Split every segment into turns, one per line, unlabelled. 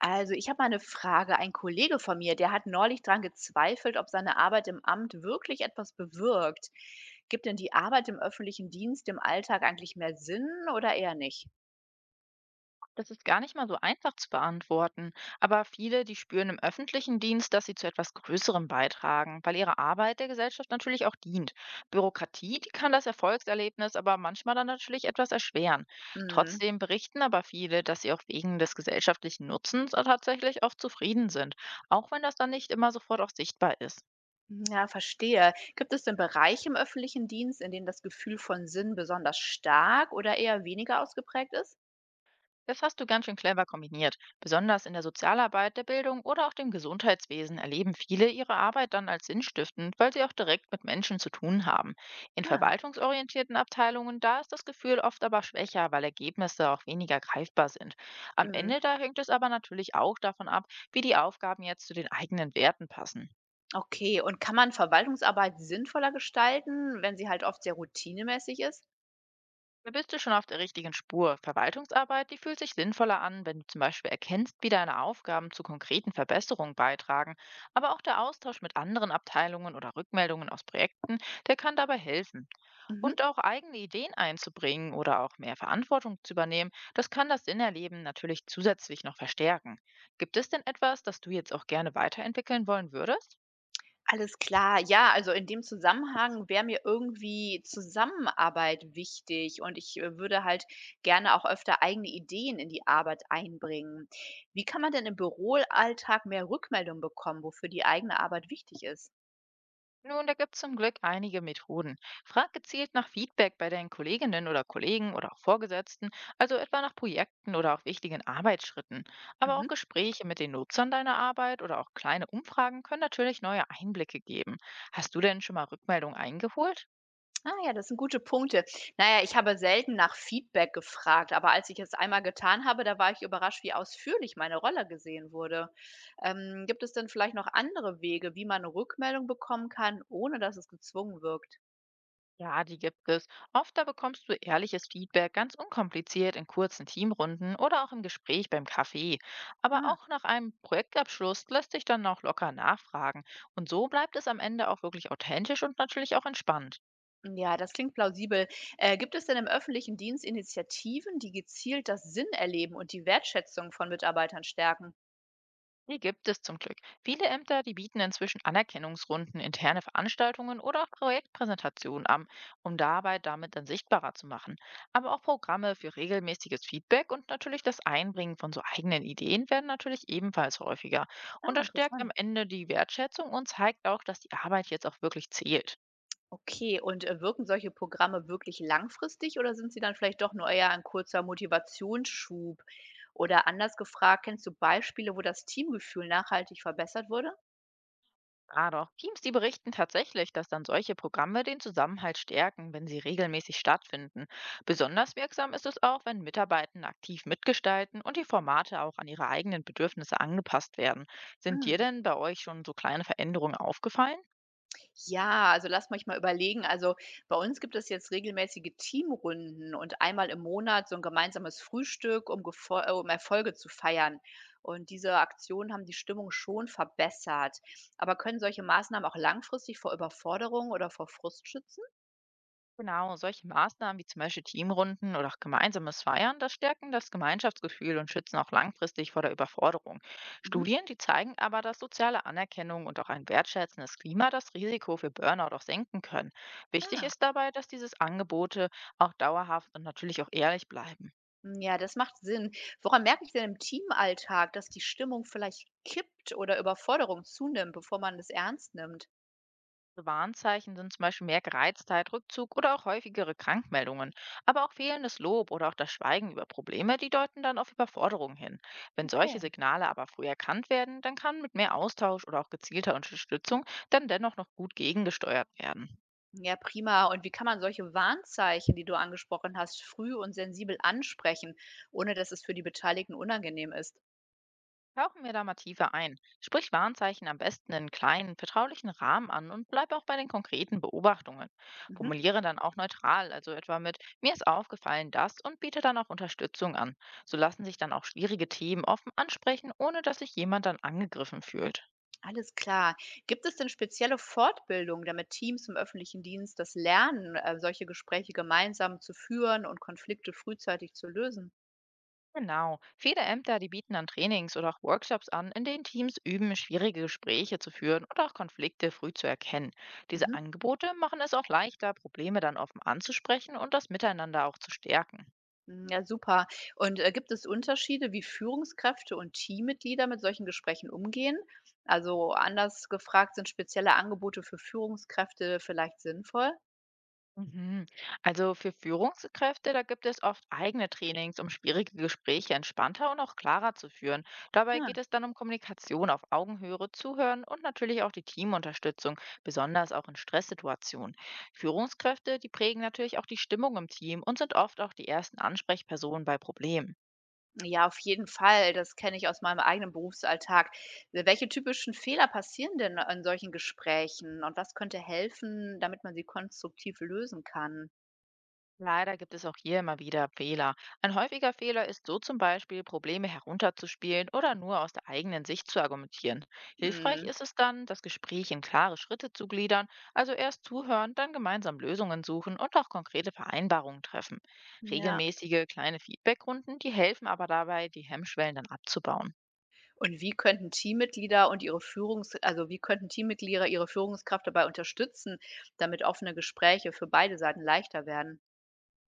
Also, ich habe mal eine Frage. Ein Kollege von mir, der hat neulich dran gezweifelt, ob seine Arbeit im Amt wirklich etwas bewirkt. Gibt denn die Arbeit im öffentlichen Dienst im Alltag eigentlich mehr Sinn oder eher nicht?
Das ist gar nicht mal so einfach zu beantworten. Aber viele, die spüren im öffentlichen Dienst, dass sie zu etwas Größerem beitragen, weil ihre Arbeit der Gesellschaft natürlich auch dient. Bürokratie, die kann das Erfolgserlebnis aber manchmal dann natürlich etwas erschweren.
Mhm.
Trotzdem berichten aber viele, dass sie auch wegen des gesellschaftlichen Nutzens auch tatsächlich auch zufrieden sind, auch wenn das dann nicht immer sofort auch sichtbar ist.
Ja, verstehe. Gibt es denn Bereiche im öffentlichen Dienst, in denen das Gefühl von Sinn besonders stark oder eher weniger ausgeprägt ist?
Das hast du ganz schön clever kombiniert. Besonders in der Sozialarbeit, der Bildung oder auch dem Gesundheitswesen erleben viele ihre Arbeit dann als sinnstiftend, weil sie auch direkt mit Menschen zu tun haben. In
Ah,
verwaltungsorientierten Abteilungen, da ist das Gefühl oft aber schwächer, weil Ergebnisse auch weniger greifbar sind. Am
mhm.
Ende da hängt es aber natürlich auch davon ab, wie die Aufgaben jetzt zu den eigenen Werten passen.
Okay, und kann man Verwaltungsarbeit sinnvoller gestalten, wenn sie halt oft sehr routinemäßig ist?
Da bist du schon auf der richtigen Spur. Verwaltungsarbeit, die fühlt sich sinnvoller an, wenn du zum Beispiel erkennst, wie deine Aufgaben zu konkreten Verbesserungen beitragen. Aber auch der Austausch mit anderen Abteilungen oder Rückmeldungen aus Projekten, der kann dabei helfen.
Mhm.
Und auch eigene Ideen einzubringen oder auch mehr Verantwortung zu übernehmen, das kann das Innerleben natürlich zusätzlich noch verstärken. Gibt es denn etwas, das du jetzt auch gerne weiterentwickeln wollen würdest?
Alles klar. Ja, also in dem Zusammenhang wäre mir irgendwie Zusammenarbeit wichtig und ich würde halt gerne auch öfter eigene Ideen in die Arbeit einbringen. Wie kann man denn im Büroalltag mehr Rückmeldung bekommen, wofür die eigene Arbeit wichtig ist?
Nun, da gibt es zum Glück einige Methoden. Frag gezielt nach Feedback bei deinen Kolleginnen oder Kollegen oder auch Vorgesetzten, also etwa nach Projekten oder auch wichtigen Arbeitsschritten. Aber
Mhm.
auch Gespräche mit den Nutzern deiner Arbeit oder auch kleine Umfragen können natürlich neue Einblicke geben. Hast du denn schon mal Rückmeldungen eingeholt?
Ah ja, das sind gute Punkte. Naja, ich habe selten nach Feedback gefragt, aber als ich es einmal getan habe, da war ich überrascht, wie ausführlich meine Rolle gesehen wurde. Gibt es denn vielleicht noch andere Wege, wie man eine Rückmeldung bekommen kann, ohne dass es gezwungen wirkt?
Ja, die gibt es. Oft da bekommst du ehrliches Feedback ganz unkompliziert in kurzen Teamrunden oder auch im Gespräch beim Kaffee. Aber
Ah,
auch nach einem Projektabschluss lässt sich dann auch locker nachfragen. Und so bleibt es am Ende auch wirklich authentisch und natürlich auch entspannt.
ja, das klingt plausibel. Gibt es denn im öffentlichen Dienst Initiativen, die gezielt das Sinn erleben und die Wertschätzung von Mitarbeitern stärken?
Die gibt es zum Glück. Viele Ämter, die bieten inzwischen Anerkennungsrunden, interne Veranstaltungen oder auch Projektpräsentationen an, um dabei damit dann sichtbarer zu machen. Aber auch Programme für regelmäßiges Feedback und natürlich das Einbringen von so eigenen Ideen werden natürlich ebenfalls häufiger.
Ah,
Und das stärkt
interessant.
am Ende die Wertschätzung und zeigt auch, dass die Arbeit jetzt auch wirklich zählt.
Okay, und wirken solche Programme wirklich langfristig oder sind sie dann vielleicht doch nur eher ein kurzer Motivationsschub? Oder anders gefragt, kennst du Beispiele, wo das Teamgefühl nachhaltig verbessert wurde?
Ja, doch. Teams, die berichten tatsächlich, dass dann solche Programme den Zusammenhalt stärken, wenn sie regelmäßig stattfinden. Besonders wirksam ist es auch, wenn Mitarbeitende aktiv mitgestalten und die Formate auch an ihre eigenen Bedürfnisse angepasst werden. Sind dir
Hm.
denn bei euch schon so kleine Veränderungen aufgefallen?
Ja, also lasst mich mal überlegen. Also bei uns gibt es jetzt regelmäßige Teamrunden und einmal im Monat so ein gemeinsames Frühstück, um Erfolge zu feiern. Und diese Aktionen haben die Stimmung schon verbessert. Aber können solche Maßnahmen auch langfristig vor Überforderung oder vor Frust schützen?
Genau, solche Maßnahmen wie zum Beispiel Teamrunden oder auch gemeinsames Feiern, das stärken das Gemeinschaftsgefühl und schützen auch langfristig vor der Überforderung.
Mhm.
Studien, die zeigen aber, dass soziale Anerkennung und auch ein wertschätzendes Klima das Risiko für Burnout auch senken können. Wichtig
Ah,
ist dabei, dass diese Angebote auch dauerhaft und natürlich auch ehrlich bleiben.
hm, ja, das macht Sinn. Woran merke ich denn im Teamalltag, dass die Stimmung vielleicht kippt oder Überforderung zunimmt, bevor man es ernst nimmt?
Warnzeichen sind zum Beispiel mehr Gereiztheit, Rückzug oder auch häufigere Krankmeldungen. Aber auch fehlendes Lob oder auch das Schweigen über Probleme, die deuten dann auf Überforderung hin. Wenn solche
Okay.
Signale aber früh erkannt werden, dann kann mit mehr Austausch oder auch gezielter Unterstützung dann dennoch noch gut gegengesteuert werden.
Ja, prima. Und wie kann man solche Warnzeichen, die du angesprochen hast, früh und sensibel ansprechen, ohne dass es für die Beteiligten unangenehm ist?
Tauchen wir da mal tiefer ein. Sprich Warnzeichen am besten in kleinen, vertraulichen Rahmen an und bleib auch bei den konkreten Beobachtungen.
Mhm,
Formuliere dann auch neutral, also etwa mit mir ist aufgefallen das und biete dann auch Unterstützung an. So lassen sich dann auch schwierige Themen offen ansprechen, ohne dass sich jemand dann angegriffen fühlt.
alles klar. Gibt es denn spezielle Fortbildungen, damit Teams im öffentlichen Dienst das lernen, solche Gespräche gemeinsam zu führen und Konflikte frühzeitig zu lösen?
Genau. Viele Ämter, die bieten dann Trainings oder auch Workshops an, in denen Teams üben, schwierige Gespräche zu führen oder auch Konflikte früh zu erkennen. Diese
Mhm.
Angebote machen es auch leichter, Probleme dann offen anzusprechen und das Miteinander auch zu stärken.
Mm, ja, super. Und gibt es Unterschiede, wie Führungskräfte und Teammitglieder mit solchen Gesprächen umgehen? Also anders gefragt, sind spezielle Angebote für Führungskräfte vielleicht sinnvoll?
Mhm. Also für Führungskräfte, da gibt es oft eigene Trainings, um schwierige Gespräche entspannter und auch klarer zu führen. Dabei
Ja,
geht es dann um Kommunikation auf Augenhöhe, Zuhören und natürlich auch die Teamunterstützung, besonders auch in Stresssituationen. Führungskräfte, die prägen natürlich auch die Stimmung im Team und sind oft auch die ersten Ansprechpersonen bei Problemen.
ja, auf jeden Fall. Das kenne ich aus meinem eigenen Berufsalltag. Welche typischen Fehler passieren denn in solchen Gesprächen und was könnte helfen, damit man sie konstruktiv lösen kann?
Leider gibt es auch hier immer wieder Fehler. Ein häufiger Fehler ist so zum Beispiel, Probleme herunterzuspielen oder nur aus der eigenen Sicht zu argumentieren. Hilfreich
Mhm.
ist es dann, das Gespräch in klare Schritte zu gliedern, also erst zuhören, dann gemeinsam Lösungen suchen und auch konkrete Vereinbarungen treffen.
Ja.
Regelmäßige kleine Feedbackrunden, die helfen aber dabei, die Hemmschwellen dann abzubauen.
Und wie könnten Teammitglieder und ihre Führungs also, wie könnten Teammitglieder ihre Führungskraft dabei unterstützen, damit offene Gespräche für beide Seiten leichter werden?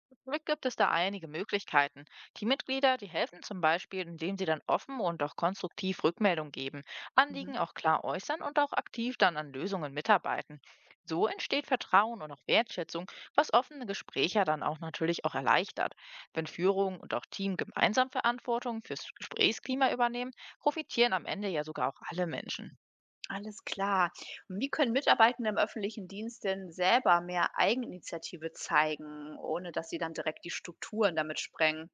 Zum Glück gibt es da einige Möglichkeiten. Die Mitglieder, die helfen zum Beispiel, indem sie dann offen und auch konstruktiv Rückmeldung geben,
Mhm.
Anliegen auch klar äußern und auch aktiv dann an Lösungen mitarbeiten. So entsteht Vertrauen und auch Wertschätzung, was offene Gespräche dann auch natürlich auch erleichtert. Wenn Führung und auch Team gemeinsam Verantwortung fürs Gesprächsklima übernehmen, profitieren am Ende ja sogar auch alle Menschen.
Alles klar. Und wie können Mitarbeitende im öffentlichen Dienst denn selber mehr Eigeninitiative zeigen, ohne dass sie dann direkt die Strukturen damit sprengen?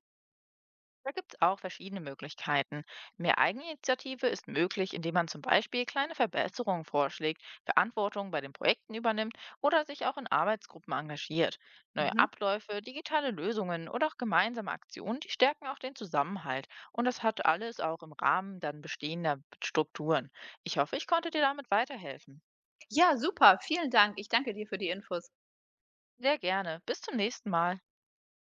Da gibt es auch verschiedene Möglichkeiten. Mehr Eigeninitiative ist möglich, indem man zum Beispiel kleine Verbesserungen vorschlägt, Verantwortung bei den Projekten übernimmt oder sich auch in Arbeitsgruppen engagiert. Neue
Mhm.
Abläufe, digitale Lösungen oder auch gemeinsame Aktionen, die stärken auch den Zusammenhalt. Und das hat alles auch im Rahmen dann bestehender Strukturen. Ich hoffe, ich konnte dir damit weiterhelfen.
Ja, super, vielen Dank. Ich danke dir für die Infos.
Sehr gerne. Bis zum nächsten Mal.